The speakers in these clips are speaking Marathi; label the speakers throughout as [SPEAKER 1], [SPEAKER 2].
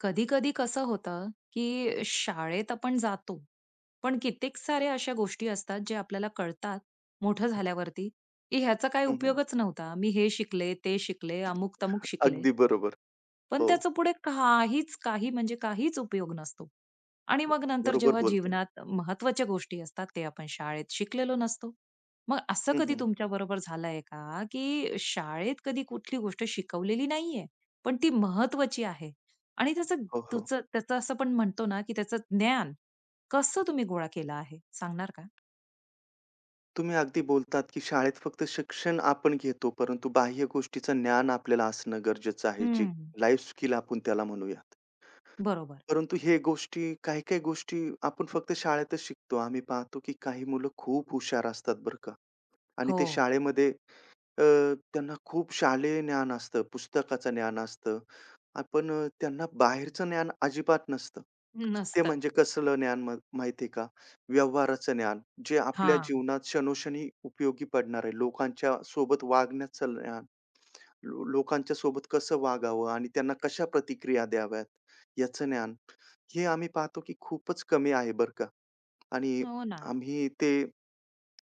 [SPEAKER 1] कधी कधी कसं होतं की शाळेत आपण जातो पण कित्येक साऱ्या अशा गोष्टी असतात जे आपल्याला कळतात मोठं झाल्यावरती की ह्याचा काही
[SPEAKER 2] हं, हं.
[SPEAKER 1] उपयोगच नव्हता मी हे शिकले ते शिकले अमुक तमुक शिकले
[SPEAKER 2] अगदी बरोबर.
[SPEAKER 1] पण
[SPEAKER 2] हो,
[SPEAKER 1] त्याचं पुढे काहीच काही म्हणजे काहीच उपयोग नसतो. आणि मग नंतर
[SPEAKER 2] बरोबर
[SPEAKER 1] जेव्हा
[SPEAKER 2] बोलताय.
[SPEAKER 1] जीवनात महत्त्वाच्या गोष्टी असतात, ते आपण शाळेत शिकलेलो नसतो. मग असं
[SPEAKER 2] हं,
[SPEAKER 1] कधी
[SPEAKER 2] हं.
[SPEAKER 1] तुमच्याबरोबर झालंय का, की शाळेत कधी कुठली गोष्ट शिकवलेली नाहीये, पण ती महत्त्वाची आहे आणि त्याचं
[SPEAKER 2] हो, हो.
[SPEAKER 1] तुचं त्याचं असं पण म्हणतो ना, की त्याचं ज्ञान कसं तुम्ही गोळा केलं आहे? सांगणार का?
[SPEAKER 2] तुम्ही अगदी बोलतात, की शाळेत फक्त शिक्षण आपण घेतो, परंतु बाह्य गोष्टीचं ज्ञान आपल्याला असणं गरजेचं आहे, जी
[SPEAKER 1] हं.
[SPEAKER 2] लाईफ स्किल आपण त्याला म्हणूयात.
[SPEAKER 1] बरोबर.
[SPEAKER 2] परंतु हे गोष्टी काही-काही गोष्टी आपण फक्त शाळेतच शिकतो. आम्ही पाहतो, की काही मुलं खूप हुशार असतात बरं का आणि
[SPEAKER 1] हो.
[SPEAKER 2] ते शाळेमध्ये त्यांना खूप शालेय ज्ञान असतं, पुस्तकाचं ज्ञान असतं. पण त्यांना बाहेरचं ज्ञान अजिबात नसतं. ते
[SPEAKER 1] नसतं.
[SPEAKER 2] म्हणजे कसलं ज्ञान माहिती आहे का? व्यवहाराचं ज्ञान, जे आपल्या
[SPEAKER 1] हां.
[SPEAKER 2] जीवनात क्षणोक्षणी उपयोगी पडणार आहे. लोकांच्या सोबत वागण्याचं ज्ञान, लोकांच्या सोबत कसं वागावं आणि त्यांना कशा प्रतिक्रिया द्याव्यात, याचं ज्ञान. हे आम्ही पाहतो की खूपच कमी आहे बरं का. आणि
[SPEAKER 1] हो ना.
[SPEAKER 2] आम्ही ते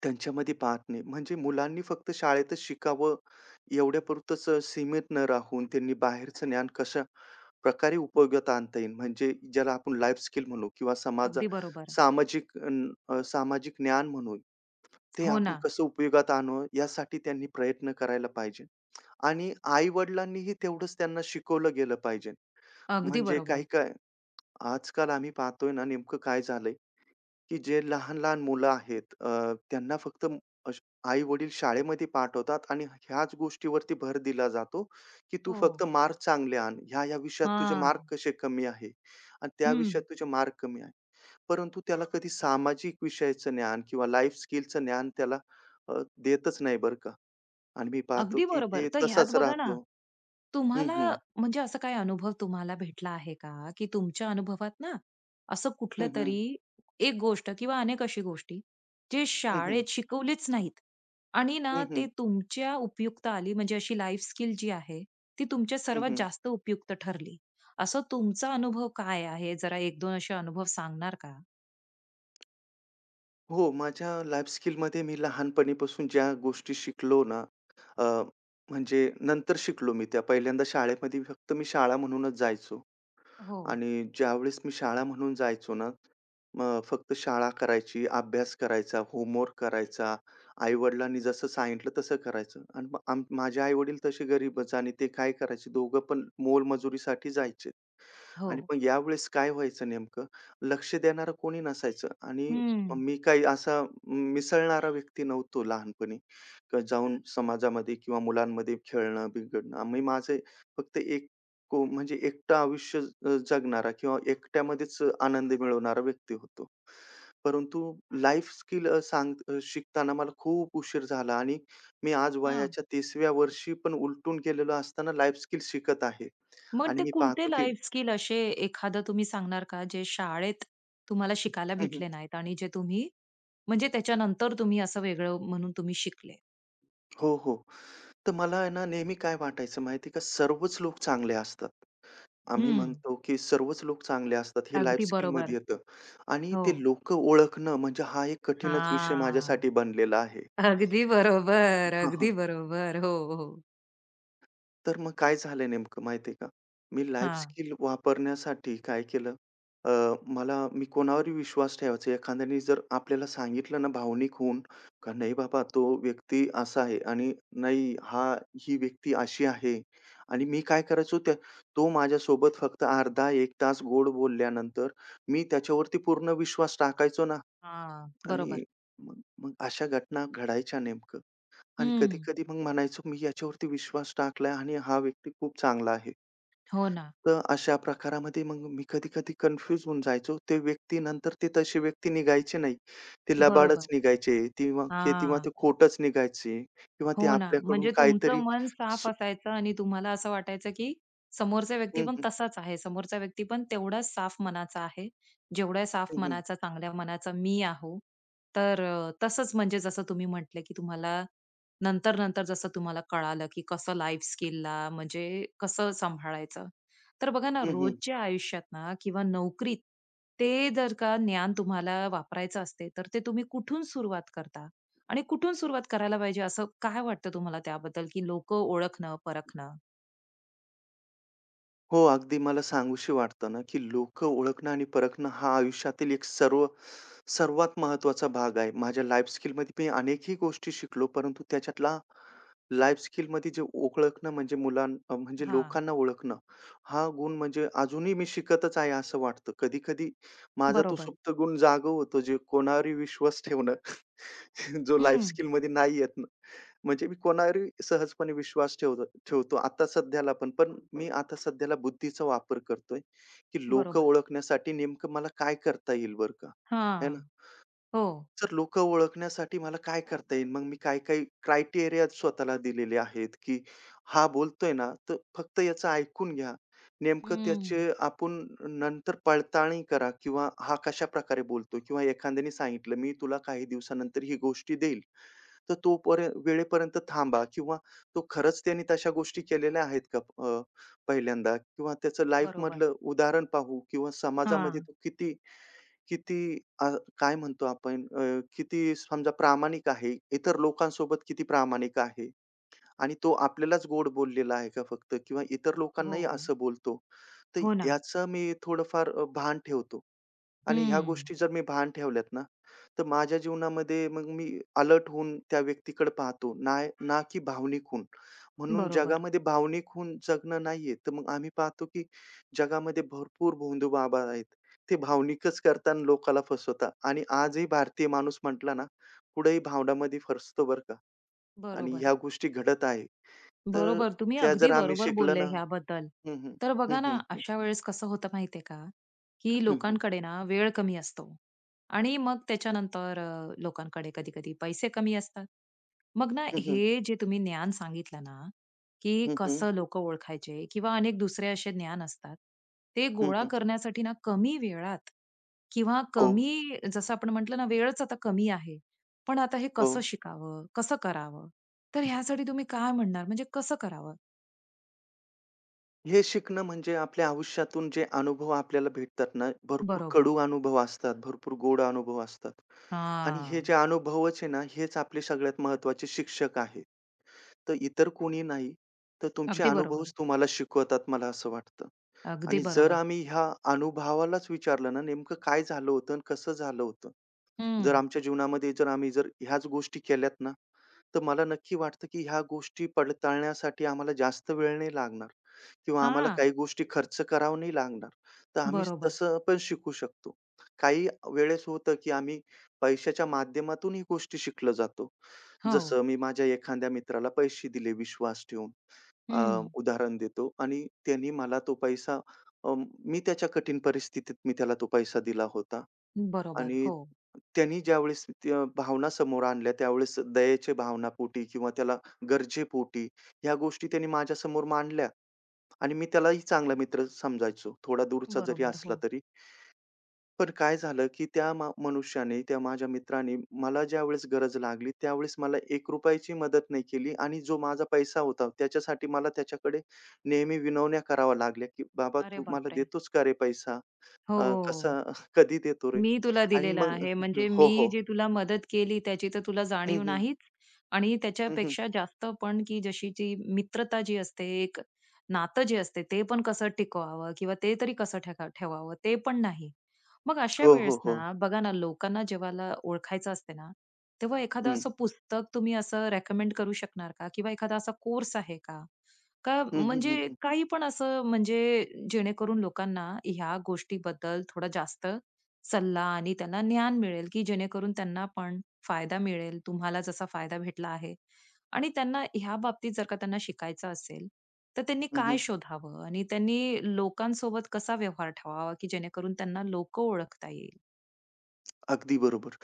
[SPEAKER 2] त्यांच्यामध्ये पाहत नाही. म्हणजे मुलांनी फक्त शाळेतच शिकावं एवढ्यापुरतंच सीमित न राहून त्यांनी बाहेरचं ज्ञान कशा प्रकारे उपयोगात आणता येईल, म्हणजे ज्याला आपण लाईफ स्किल म्हणू किंवा
[SPEAKER 1] अगदी बरोबर.
[SPEAKER 2] सामाजिक सामाजिक ज्ञान म्हणू, ते
[SPEAKER 1] हो
[SPEAKER 2] आपण
[SPEAKER 1] ना.
[SPEAKER 2] कसं उपयोगात आणू यासाठी त्यांनी प्रयत्न करायला पाहिजे. आणि आई-वडिलांनीही तेवढंच त्यांना शिकवलं गेलं पाहिजे.
[SPEAKER 1] अगदी
[SPEAKER 2] म्हणजे
[SPEAKER 1] बरोबर.
[SPEAKER 2] काही काय आजकाल आम्ही पाहतोय ना, नेमकं काय झालंय, की जे लहान-लहान मुलं आहेत त्यांना फक्त अश आई-वडील शाळेमध्ये पाठवतात आणि ह्याच गोष्टीवरती भर दिला जातो, की "तू
[SPEAKER 1] हो.
[SPEAKER 2] फक्त मार्क चांगले आण. ह्या या विषयात तुझे
[SPEAKER 1] हां.
[SPEAKER 2] मार्क कसे कमी आहे आणि त्या
[SPEAKER 1] हं.
[SPEAKER 2] विषयात तुझे मार्क कमी आहे." परंतु त्याला कधी सामाजिक विषयाचं ज्ञान किंवा लाईफ स्किलचं ज्ञान त्याला अ, देतच नाही बरं का. आणि मी पाहतो
[SPEAKER 1] अगदी
[SPEAKER 2] की
[SPEAKER 1] बरोबर.
[SPEAKER 2] ते
[SPEAKER 1] तर ह्यात
[SPEAKER 2] तसाच
[SPEAKER 1] बघा ना,
[SPEAKER 2] राहतो. हं,
[SPEAKER 1] तुम्हाला
[SPEAKER 2] हं.
[SPEAKER 1] म्हणजे असा काही अनुभव तुम्हाला भेटला आहे का, की तुमच्या अनुभवात ना, असं कुठलं
[SPEAKER 2] हं, हं.
[SPEAKER 1] तरी, एक गोष्ट किंवा अनेक अशी गोष्टी, जे
[SPEAKER 2] हं, हं.
[SPEAKER 1] शाळेत शिकवलीच नाहीत आणि ना
[SPEAKER 2] हं,
[SPEAKER 1] ते
[SPEAKER 2] हं.
[SPEAKER 1] तुमच्या उपयुक्त आली म्हणजे अशी लाईफ स्किल जी आहे, ती तुमच्या
[SPEAKER 2] हं,
[SPEAKER 1] सर्वात
[SPEAKER 2] हं.
[SPEAKER 1] जास्त उपयुक्त ठरली. असा तुमचा अनुभव काय आहे? जरा 1-2 असे अनुभव सांगणार का?
[SPEAKER 2] हो, माझ्या लाईफ स्किलमध्ये मी लहानपणीपासून ज्या गोष्टी शिकलो ना, अ, म्हणजे नंतर शिकलो मी त्या. पहिल्यांदा शाळेमध्ये फक्त मी शाळा म्हणूनच जायचो
[SPEAKER 1] हो.
[SPEAKER 2] आणि ज्यावेळेस मी शाळा म्हणून जायचो ना, मग फक्त शाळा करायची, अभ्यास करायचा, होमवर्क करायचा. आई-वडिलांनी जसं सांगितलं तसं करायचं आणि मग माझे आई-वडील तसे गरीबच आणि ते काय करायचे दोघं पण मोलमजुरीसाठी जायचे.
[SPEAKER 1] हो.
[SPEAKER 2] आणि मग यावेळेस काय व्हायचं नेमकं, लक्ष देणारं कोणी नसायचं आणि
[SPEAKER 1] हं.
[SPEAKER 2] मी काही असा मिसळणारा व्यक्ती नव्हतो लहानपणी. जाऊन समाजामध्ये किंवा मुलांमध्ये खेळणं, बिघडणं. मी माझे फक्त एक म्हणजे एकटं आयुष्य जगणारा किंवा एकट्यामध्येच आनंद मिळवणारा व्यक्ती होतो. परंतु लाईफ स्किल शिकताना मला खूप उशीर झाला आणि मी आज वयाच्या 30व्या वर्षी पण उलटून गेलेलो असताना लाईफ स्किल शिकत आहे.
[SPEAKER 1] मग
[SPEAKER 2] आणि
[SPEAKER 1] ते
[SPEAKER 2] मी
[SPEAKER 1] कोणते
[SPEAKER 2] पाहतो की
[SPEAKER 1] लाईफ स्किल असे एखादं तुम्ही सांगणार का, जे शाळेत तुम्हाला शिकायला भेटले नाहीत आणि जे तुम्ही म्हणजे त्याच्यानंतर तुम्ही असं वेगळं म्हणून तुम्ही शिकले?
[SPEAKER 2] हो, हो. तर मला आहे ना नेहमी काय वाटायचं माहिती आहे का? सर्वच लोक चांगले असतात. आम्ही
[SPEAKER 1] हं.
[SPEAKER 2] म्हणतो, की सर्वच लोक चांगले असतात. हे लाईफ
[SPEAKER 1] अगदी
[SPEAKER 2] स्किलमध्ये
[SPEAKER 1] बरोबर.
[SPEAKER 2] येतं आणि
[SPEAKER 1] हो.
[SPEAKER 2] ते लोकं ओळखणं म्हणजे हा एक कठीणच विषय
[SPEAKER 1] हां.
[SPEAKER 2] माझ्यासाठी बनलेला आहे.
[SPEAKER 1] अगदी बरोबर, अगदी बरोबर. हो, हो.
[SPEAKER 2] तर मग काय झालं नेमकं माहिती आहे का? मी लाईफ
[SPEAKER 1] हां,
[SPEAKER 2] स्किल वापरण्यासाठी काय केलं, अ, मला मी कोणावरही विश्वास ठेवायचा. एखाद्याने जर आपल्याला सांगितलं ना भावनिक होऊन, का नाही बाबा तो व्यक्ती असा आहे आणि नाही हा ही व्यक्ती अशी आहे आणि मी काय करायचो तो माझ्यासोबत फक्त अर्धा 1 तास गोड बोलल्यानंतर मी त्याच्यावरती पूर्ण विश्वास टाकायचो ना
[SPEAKER 1] हां.
[SPEAKER 2] आणि
[SPEAKER 1] बरोबर.
[SPEAKER 2] मग मग अशा घटना घडायच्या नेमकं. आणि
[SPEAKER 1] हं.
[SPEAKER 2] कधी-कधी मग म्हणायचो, "मी याच्यावरती विश्वास टाकलाय आणि हा व्यक्ती खूप चांगला आहे."
[SPEAKER 1] हो ना.
[SPEAKER 2] तर अशा प्रकारामध्ये मग मी कधी-कधी कन्फ्यूज होऊन जायचो. ते व्यक्ती नंतर ते तशी व्यक्ती निघायची नाही. ते लबाडच
[SPEAKER 1] बरोबर.
[SPEAKER 2] निघायचे. तेव्हा ते
[SPEAKER 1] हां.
[SPEAKER 2] खोटंच निघायचे किंवा ते
[SPEAKER 1] हो ना.
[SPEAKER 2] आपल्याकडून
[SPEAKER 1] म्हणजे तुमचं
[SPEAKER 2] काहीतरी
[SPEAKER 1] मन साफ
[SPEAKER 2] सु
[SPEAKER 1] असायचं आणि तुम्हाला असं वाटायचं, की समोरचा व्यक्ती
[SPEAKER 2] हं,
[SPEAKER 1] पण
[SPEAKER 2] हं.
[SPEAKER 1] तसाच आहे. समोरचा व्यक्ती पण तेवढाच साफ मनाचा आहे. जेवढ्या साफ
[SPEAKER 2] हं, हं.
[SPEAKER 1] मनाचा, चांगल्या मनाचा मी आहो. तर तसंच म्हणजे जसं तुम्ही म्हटले, की तुम्हाला नंतर-नंतर जसं तुम्हाला कळालं, की कसं लाईफ स्किलला म्हणजे कसं सांभाळायचं. तर बघा ना,
[SPEAKER 2] हं,
[SPEAKER 1] रोजच्या आयुष्यात ना किंवा नोकरीत ते जर का ज्ञान तुम्हाला वापरायचं असते, तर ते तुम्ही कुठून सुरुवात करता? आणि कुठून सुरुवात करायला पाहिजे असं काय वाटतं तुम्हाला त्याबद्दल, की लोकं ओळखणं, परखणं?
[SPEAKER 2] हो, अगदी मला सांगूशी वाटतं ना, की लोकं ओळखणं आणि परखणं हा आयुष्यातील एक सर्वात महत्त्वाचा भाग आहे. माझ्या लाईफ स्किलमध्ये मी अनेकही गोष्टी शिकलो, परंतु त्याच्यातला लाईफ स्किलमध्ये जे ओळखणं म्हणजे म्हणजे
[SPEAKER 1] हां,
[SPEAKER 2] लोकांना ओळखणं, हा गुण म्हणजे अजूनही मी शिकतच आहे असं वाटतं. कधी-कधी माझा तो
[SPEAKER 1] बरोबर.
[SPEAKER 2] सुप्त गुण जागा होतो, जे कोणावरही विश्वास ठेवणं, जो लाईफ
[SPEAKER 1] हं,
[SPEAKER 2] स्किलमध्ये नाही येत ना. म्हणजे मी कोणावरही सहजपणे विश्वास ठेवतो ठेवतो आता सध्याला पण. पण मी आता सध्याला बुद्धीचा वापर करतोय, की लोकं
[SPEAKER 1] बरोबर.
[SPEAKER 2] ओळखण्यासाठी नेमकं मला काय करता येईल बरं का? है
[SPEAKER 1] हां, हो.
[SPEAKER 2] तर लोकं ओळखण्यासाठी मला काय करता येईल? मग मी काय-काय क्रायटेरिया स्वतःला दिलेले आहेत, की हा बोलतोय ना, तर फक्त याचं ऐकून घ्या. नेमकं
[SPEAKER 1] हं,
[SPEAKER 2] त्याचे आपण नंतर पडताळणी करा किंवा हा कशाप्रकारे बोलतो किंवा एखाद्याने सांगितलं, "मी तुला काही दिवसानंतर ही गोष्टी देईल." तर तो वेळेपर्यंत थांबा किंवा तो खरंच त्याने तशा गोष्टी केलेल्या आहेत का अ, पहिल्यांदा किंवा त्याचं
[SPEAKER 1] बरोबर.
[SPEAKER 2] लाईफमधलं उदाहरण पाहू किंवा समाजामध्ये
[SPEAKER 1] हां,
[SPEAKER 2] तो किती किती अ, काय म्हणतो आपण अ, किती समजा प्रामाणिक आहे, इतर लोकांसोबत किती प्रामाणिक आहे आणि तो आपल्यालाच गोड बोललेला आहे का फक्त किंवा इतर
[SPEAKER 1] हो,
[SPEAKER 2] लोकांनाही असं बोलतो. तर
[SPEAKER 1] हो ना.
[SPEAKER 2] याचं मी थोडंफार भान ठेवतो. आणि ह्या
[SPEAKER 1] हं,
[SPEAKER 2] गोष्टी जर मी भान ठेवल्यात ना, तर माझ्या जीवनामध्ये मग मी अलर्ट होऊन त्या व्यक्तीकडे पाहतो. ना ना की भावनिक होऊन. म्हणून
[SPEAKER 1] बरोबर,
[SPEAKER 2] जगामध्ये भावनिक होऊन जगणं नाहीये. तर मग आम्ही पाहतो की जगामध्ये भरपूर भोंदू बाबा आहेत. ते भावनिकच करतात लोकाला फसवतात. आणि आजही भारतीय माणूस म्हटला ना, कुठेही भावनामध्ये फसतो बरं का. आणि
[SPEAKER 1] बरोबर.
[SPEAKER 2] ह्या गोष्टी घडत आहे. तर
[SPEAKER 1] बरोबर. तुम्ही
[SPEAKER 2] त्या
[SPEAKER 1] अगदी
[SPEAKER 2] जर आम्ही
[SPEAKER 1] बरोबर
[SPEAKER 2] शिकलो
[SPEAKER 1] बोलले
[SPEAKER 2] ना
[SPEAKER 1] ह्याबद्दल.
[SPEAKER 2] हं, हं.
[SPEAKER 1] तर बघा
[SPEAKER 2] हं,
[SPEAKER 1] ना,
[SPEAKER 2] हं, हं.
[SPEAKER 1] अशा वेळेस कसं होतं माहिती आहे का, की
[SPEAKER 2] हं, हं.
[SPEAKER 1] लोकांकडे ना वेळ कमी असतो आणि मग त्याच्यानंतर लोकांकडे कधी-कधी पैसे कमी असतात. मग ना,
[SPEAKER 2] हं, हं.
[SPEAKER 1] हे जे तुम्ही ज्ञान सांगितलं ना, की
[SPEAKER 2] हं, हं.
[SPEAKER 1] कसं लोकं ओळखायचे किंवा अनेक दुसरे असे ज्ञान असतात. ते
[SPEAKER 2] हं,
[SPEAKER 1] गोळा
[SPEAKER 2] हं.
[SPEAKER 1] करण्यासाठी ना, कमी वेळात किंवा
[SPEAKER 2] हो,
[SPEAKER 1] कमी जसं आपण म्हटलं ना, वेळच आता कमी आहे. पण आता हे
[SPEAKER 2] हो.
[SPEAKER 1] कसं शिकावं? कसं करावं? तर ह्यासाठी तुम्ही काय म्हणणार? म्हणजे कसं करावं?
[SPEAKER 2] हे शिकणं म्हणजे आपल्या आयुष्यातून जे अनुभव आपल्याला भेटतात ना, भरपूर
[SPEAKER 1] बरोबर.
[SPEAKER 2] कडू अनुभव असतात, भरपूर गोड अनुभव असतात. आणि हे जे
[SPEAKER 1] हां.
[SPEAKER 2] अनुभवच आहे ना, हेच आपले सगळ्यात महत्वाचे शिक्षक आहे. तर इतर कोणी नाही, तर तुमचे
[SPEAKER 1] अगदी बरोबर.
[SPEAKER 2] अनुभवच तुम्हाला शिकवतात मला असं वाटतं.
[SPEAKER 1] अगदी
[SPEAKER 2] आणि जर
[SPEAKER 1] बरोबर.
[SPEAKER 2] आम्ही ह्या अनुभवालाच विचारलं ना, नेमकं काय झालं होतं आणि कसं झालं होतं? जर
[SPEAKER 1] हं.
[SPEAKER 2] आमच्या जीवनामध्ये जर आम्ही जर ह्याच गोष्टी केल्यात ना, तर मला नक्की वाटतं, की ह्या गोष्टी पडताळण्यासाठी आम्हाला जास्त वेळ नाही लागणार किंवा आम्हाला
[SPEAKER 1] हां.
[SPEAKER 2] काही गोष्टी खर्च करावं नाही लागणार. तर आम्ही
[SPEAKER 1] बरोबर.
[SPEAKER 2] तसं पण शिकू शकतो. काही वेळेस होतं, की आम्ही पैशाच्या माध्यमातून ही गोष्टी शिकलं जातो.
[SPEAKER 1] हो.
[SPEAKER 2] जसं मी माझ्या एखाद्या मित्राला पैसे दिले विश्वास ठेवून. अ,
[SPEAKER 1] हं.
[SPEAKER 2] उदाहरण देतो आणि त्यांनी मला तो पैसा अ, मी त्याच्या कठीण परिस्थितीत मी त्याला तो पैसा दिला होता
[SPEAKER 1] बरोबर.
[SPEAKER 2] आणि
[SPEAKER 1] हो.
[SPEAKER 2] त्यांनी ज्यावेळेस त्या भावना समोर आणल्या, त्यावेळेस दयेच्या भावनापोटी किंवा त्याला गरजेपोटी ह्या गोष्टी त्यांनी माझ्यासमोर मांडल्या आणि मी त्यालाही चांगला मित्र समजायचो. थोडा दूरचा जरी
[SPEAKER 1] बरोबर.
[SPEAKER 2] असला
[SPEAKER 1] हो.
[SPEAKER 2] तरी. पण काय झालं, की त्या मनुष्याने, त्या माझ्या मित्राने मला ज्यावेळेस गरज लागली, त्यावेळेस मला ₹1 ची मदत नाही केली आणि जो माझा पैसा होता, त्याच्यासाठी मला त्याच्याकडे नेहमी विनवण्या कराव्या लागल्या, की "बाबा
[SPEAKER 1] अरे
[SPEAKER 2] तू मला
[SPEAKER 1] बापरे!
[SPEAKER 2] देतोच का रे पैसा?
[SPEAKER 1] हो.
[SPEAKER 2] कसा कधी देतो रे?"
[SPEAKER 1] मी तुला
[SPEAKER 2] आणि
[SPEAKER 1] दिलेला
[SPEAKER 2] मग
[SPEAKER 1] आहे. म्हणजे
[SPEAKER 2] हो,
[SPEAKER 1] मी
[SPEAKER 2] हो.
[SPEAKER 1] जी तुला मदत केली त्याची तर तुला
[SPEAKER 2] हं,
[SPEAKER 1] जाणीव
[SPEAKER 2] हं.
[SPEAKER 1] नाहीच आणि
[SPEAKER 2] हं, हं.
[SPEAKER 1] त्याच्यापेक्षा जास्त पण की जशी जी मित्रता जी असते, एक नातं जे असते ते पण कसं टिकवावं किंवा ते तरी कसं ठेका ठेवावं ते पण नाही. मग अशा
[SPEAKER 2] हो, हो,
[SPEAKER 1] वेळेस
[SPEAKER 2] हो.
[SPEAKER 1] ना बघा ना लोकांना जेव्हाला ओळखायचं असते ना, तेव्हा एखादं
[SPEAKER 2] हं.
[SPEAKER 1] असं पुस्तक तुम्ही असं रेकमेंड करू शकणार का? किंवा एखादा असा कोर्स आहे का? का
[SPEAKER 2] हं, हं, हं,
[SPEAKER 1] म्हणजे
[SPEAKER 2] हं.
[SPEAKER 1] काही पण असं म्हणजे जेणेकरून लोकांना ह्या गोष्टीबद्दल थोडा जास्त सल्ला आणि त्यांना ज्ञान मिळेल, की जेणेकरून त्यांना पण फायदा मिळेल. तुम्हाला जसा फायदा भेटला आहे आणि त्यांना ह्या बाबतीत जर का त्यांना शिकायचं असेल, तर त्यांनी
[SPEAKER 2] हं,
[SPEAKER 1] काय
[SPEAKER 2] हं.
[SPEAKER 1] शोधावं आणि त्यांनी लोकांसोबत कसा व्यवहार ठेवावा, की जेणेकरून त्यांना लोकं ओळखता येईल?
[SPEAKER 2] अगदी बरोबर.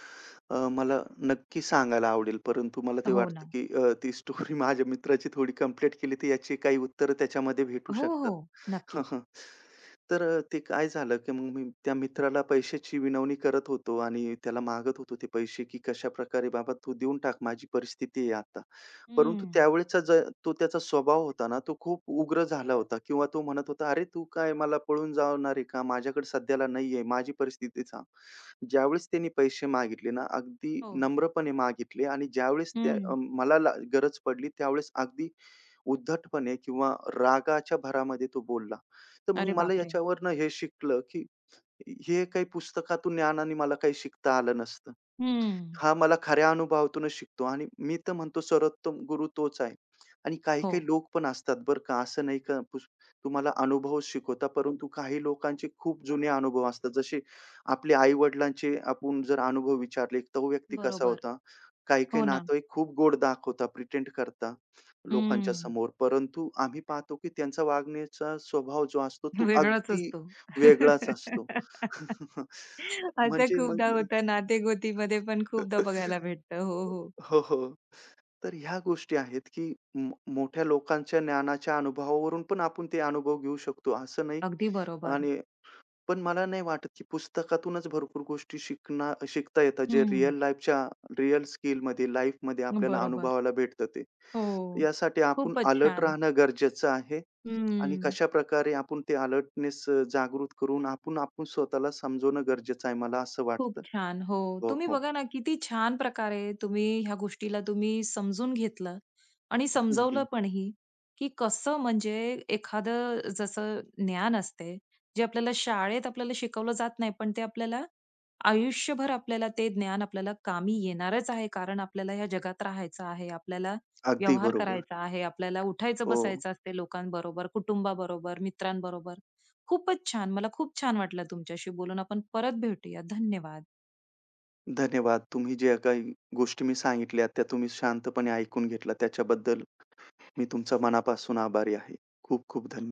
[SPEAKER 2] मला नक्की सांगायला आवडेल, परंतु मला ते
[SPEAKER 1] हो
[SPEAKER 2] वाटतं,
[SPEAKER 1] ना.
[SPEAKER 2] की ती स्टोरी माझ्या मित्राची थोडी कंप्लीट केली, तर याची काही उत्तरं त्याच्यामध्ये भेटू
[SPEAKER 1] हो, हो.
[SPEAKER 2] शकतात.
[SPEAKER 1] नक्की.
[SPEAKER 2] तर ते काय झालं, की मग मी त्या मित्राला पैशाची विनवणी करत होतो आणि त्याला मागत होतो ते पैसे, की "कशाप्रकारे बाबा तू देऊन टाक, माझी परिस्थिती आहे आता." परंतु
[SPEAKER 1] हं.
[SPEAKER 2] त्यावेळेचा तो त्याचा स्वभाव होता ना, तो खूप उग्र झाला होता किंवा तो म्हणत होता, "अरे तू काय मला पळून जाणार आहे का? माझ्याकडे सध्याला नाही माझी परिस्थिती सांग." ज्यावेळेस त्यांनी पैसे मागितले ना, अगदी
[SPEAKER 1] हो.
[SPEAKER 2] नम्रपणे मागितले आणि ज्यावेळेस त्या
[SPEAKER 1] हं.
[SPEAKER 2] मला गरज पडली त्यावेळेस अगदी उद्धटपणे किंवा रागाच्या भरामध्ये तो बोलला. तर मग
[SPEAKER 1] अरे
[SPEAKER 2] मला
[SPEAKER 1] बापरे!
[SPEAKER 2] याच्यावरनं हे शिकलं, की हे काही पुस्तकातून ज्ञानाने मला काही शिकता आलं नसतं.
[SPEAKER 1] हं.
[SPEAKER 2] हां, मला खऱ्या अनुभवातूनच शिकतो आणि मी तर म्हणतो सर्वोत्तम गुरु तोच आहे. आणि
[SPEAKER 1] हो.
[SPEAKER 2] काही-काही लोक पण असतात बरं का, असं नाही का तुम्हाला अनुभवच शिकवतात, परंतु काही लोकांचे खूप जुने अनुभव असतात. जसे आपले आई-वडिलांचे आपण जर अनुभव विचारले, तो व्यक्ती कसा
[SPEAKER 1] बरोबर.
[SPEAKER 2] होता? काही-काही
[SPEAKER 1] हो ना.
[SPEAKER 2] नातेवाईक खूप गोड दाखवतात, प्रिटेंड करता लोकांच्या
[SPEAKER 1] हम्म.
[SPEAKER 2] समोर. परंतु आम्ही पाहतो की त्यांचा वागण्याचा स्वभाव जो असतो, तो
[SPEAKER 1] वेगळाच
[SPEAKER 2] अगदी
[SPEAKER 1] असतो.
[SPEAKER 2] वेगळाच असतो.
[SPEAKER 1] असं
[SPEAKER 2] म्हणजे मग
[SPEAKER 1] खूपदा होतं नातेगोतीमध्ये पण खूपदा बघायला भेटतं. हो, हो.
[SPEAKER 2] हो, हो. तर ह्या गोष्टी आहेत, की मोठ्या लोकांच्या ज्ञानाच्या अनुभवावरून पण आपण ते अनुभव घेऊ शकतो, असं नाही
[SPEAKER 1] अगदी बरोबर.
[SPEAKER 2] आणि पण मला नाही वाटत, की पुस्तकातूनच भरपूर गोष्टी शिकता येतात, जे
[SPEAKER 1] हं.
[SPEAKER 2] रिअल लाईफच्या रिअल स्किलमध्ये, लाईफमध्ये आपल्याला
[SPEAKER 1] बरोबर.
[SPEAKER 2] अनुभवायला भेटतं ते.
[SPEAKER 1] हो.
[SPEAKER 2] यासाठी आपण
[SPEAKER 1] खूपच
[SPEAKER 2] अलर्ट
[SPEAKER 1] छान.
[SPEAKER 2] राहणं गरजेचं आहे आणि
[SPEAKER 1] हं.
[SPEAKER 2] कशाप्रकारे आपण ते अलर्टनेस जागृत करून आपण आपण स्वतःला समजवणं गरजेचं आहे, मला असं
[SPEAKER 1] खूप
[SPEAKER 2] वाटतं.
[SPEAKER 1] छान. हो.
[SPEAKER 2] हो,
[SPEAKER 1] तुम्ही
[SPEAKER 2] हो.
[SPEAKER 1] बघा ना, किती छान प्रकारे तुम्ही ह्या गोष्टीला तुम्ही समजून घेतलं आणि
[SPEAKER 2] हं,
[SPEAKER 1] समजवलं
[SPEAKER 2] हं.
[SPEAKER 1] पणही, की कसं म्हणजे एखादं जसं ज्ञान असते, जे आपल्याला शाळेत आपल्याला शिकवलं जात नाही, पण ते आपल्याला आयुष्यभर आपल्याला ते ज्ञान आपल्याला कामी येणारच आहे. कारण आपल्याला ह्या जगात राहायचं आहे, आपल्याला
[SPEAKER 2] अगदी
[SPEAKER 1] व्यवहार
[SPEAKER 2] बरोबर.
[SPEAKER 1] करायचा आहे, आपल्याला उठायचं
[SPEAKER 2] हो.
[SPEAKER 1] बसायचं असते लोकांबरोबर, कुटुंबाबरोबर, मित्रांबरोबर. खूपच छान. मला खूप छान वाटलं तुमच्याशी बोलून. आपण परत भेटूया. धन्यवाद.
[SPEAKER 2] धन्यवाद. तुम्ही ज्या काही गोष्टी मी सांगितल्या त्या तुम्ही शांतपणे ऐकून घेतल्या त्याच्याबद्दल मी तुमचा मनापासून आभारी आहे. खूप खूप धन्यवाद.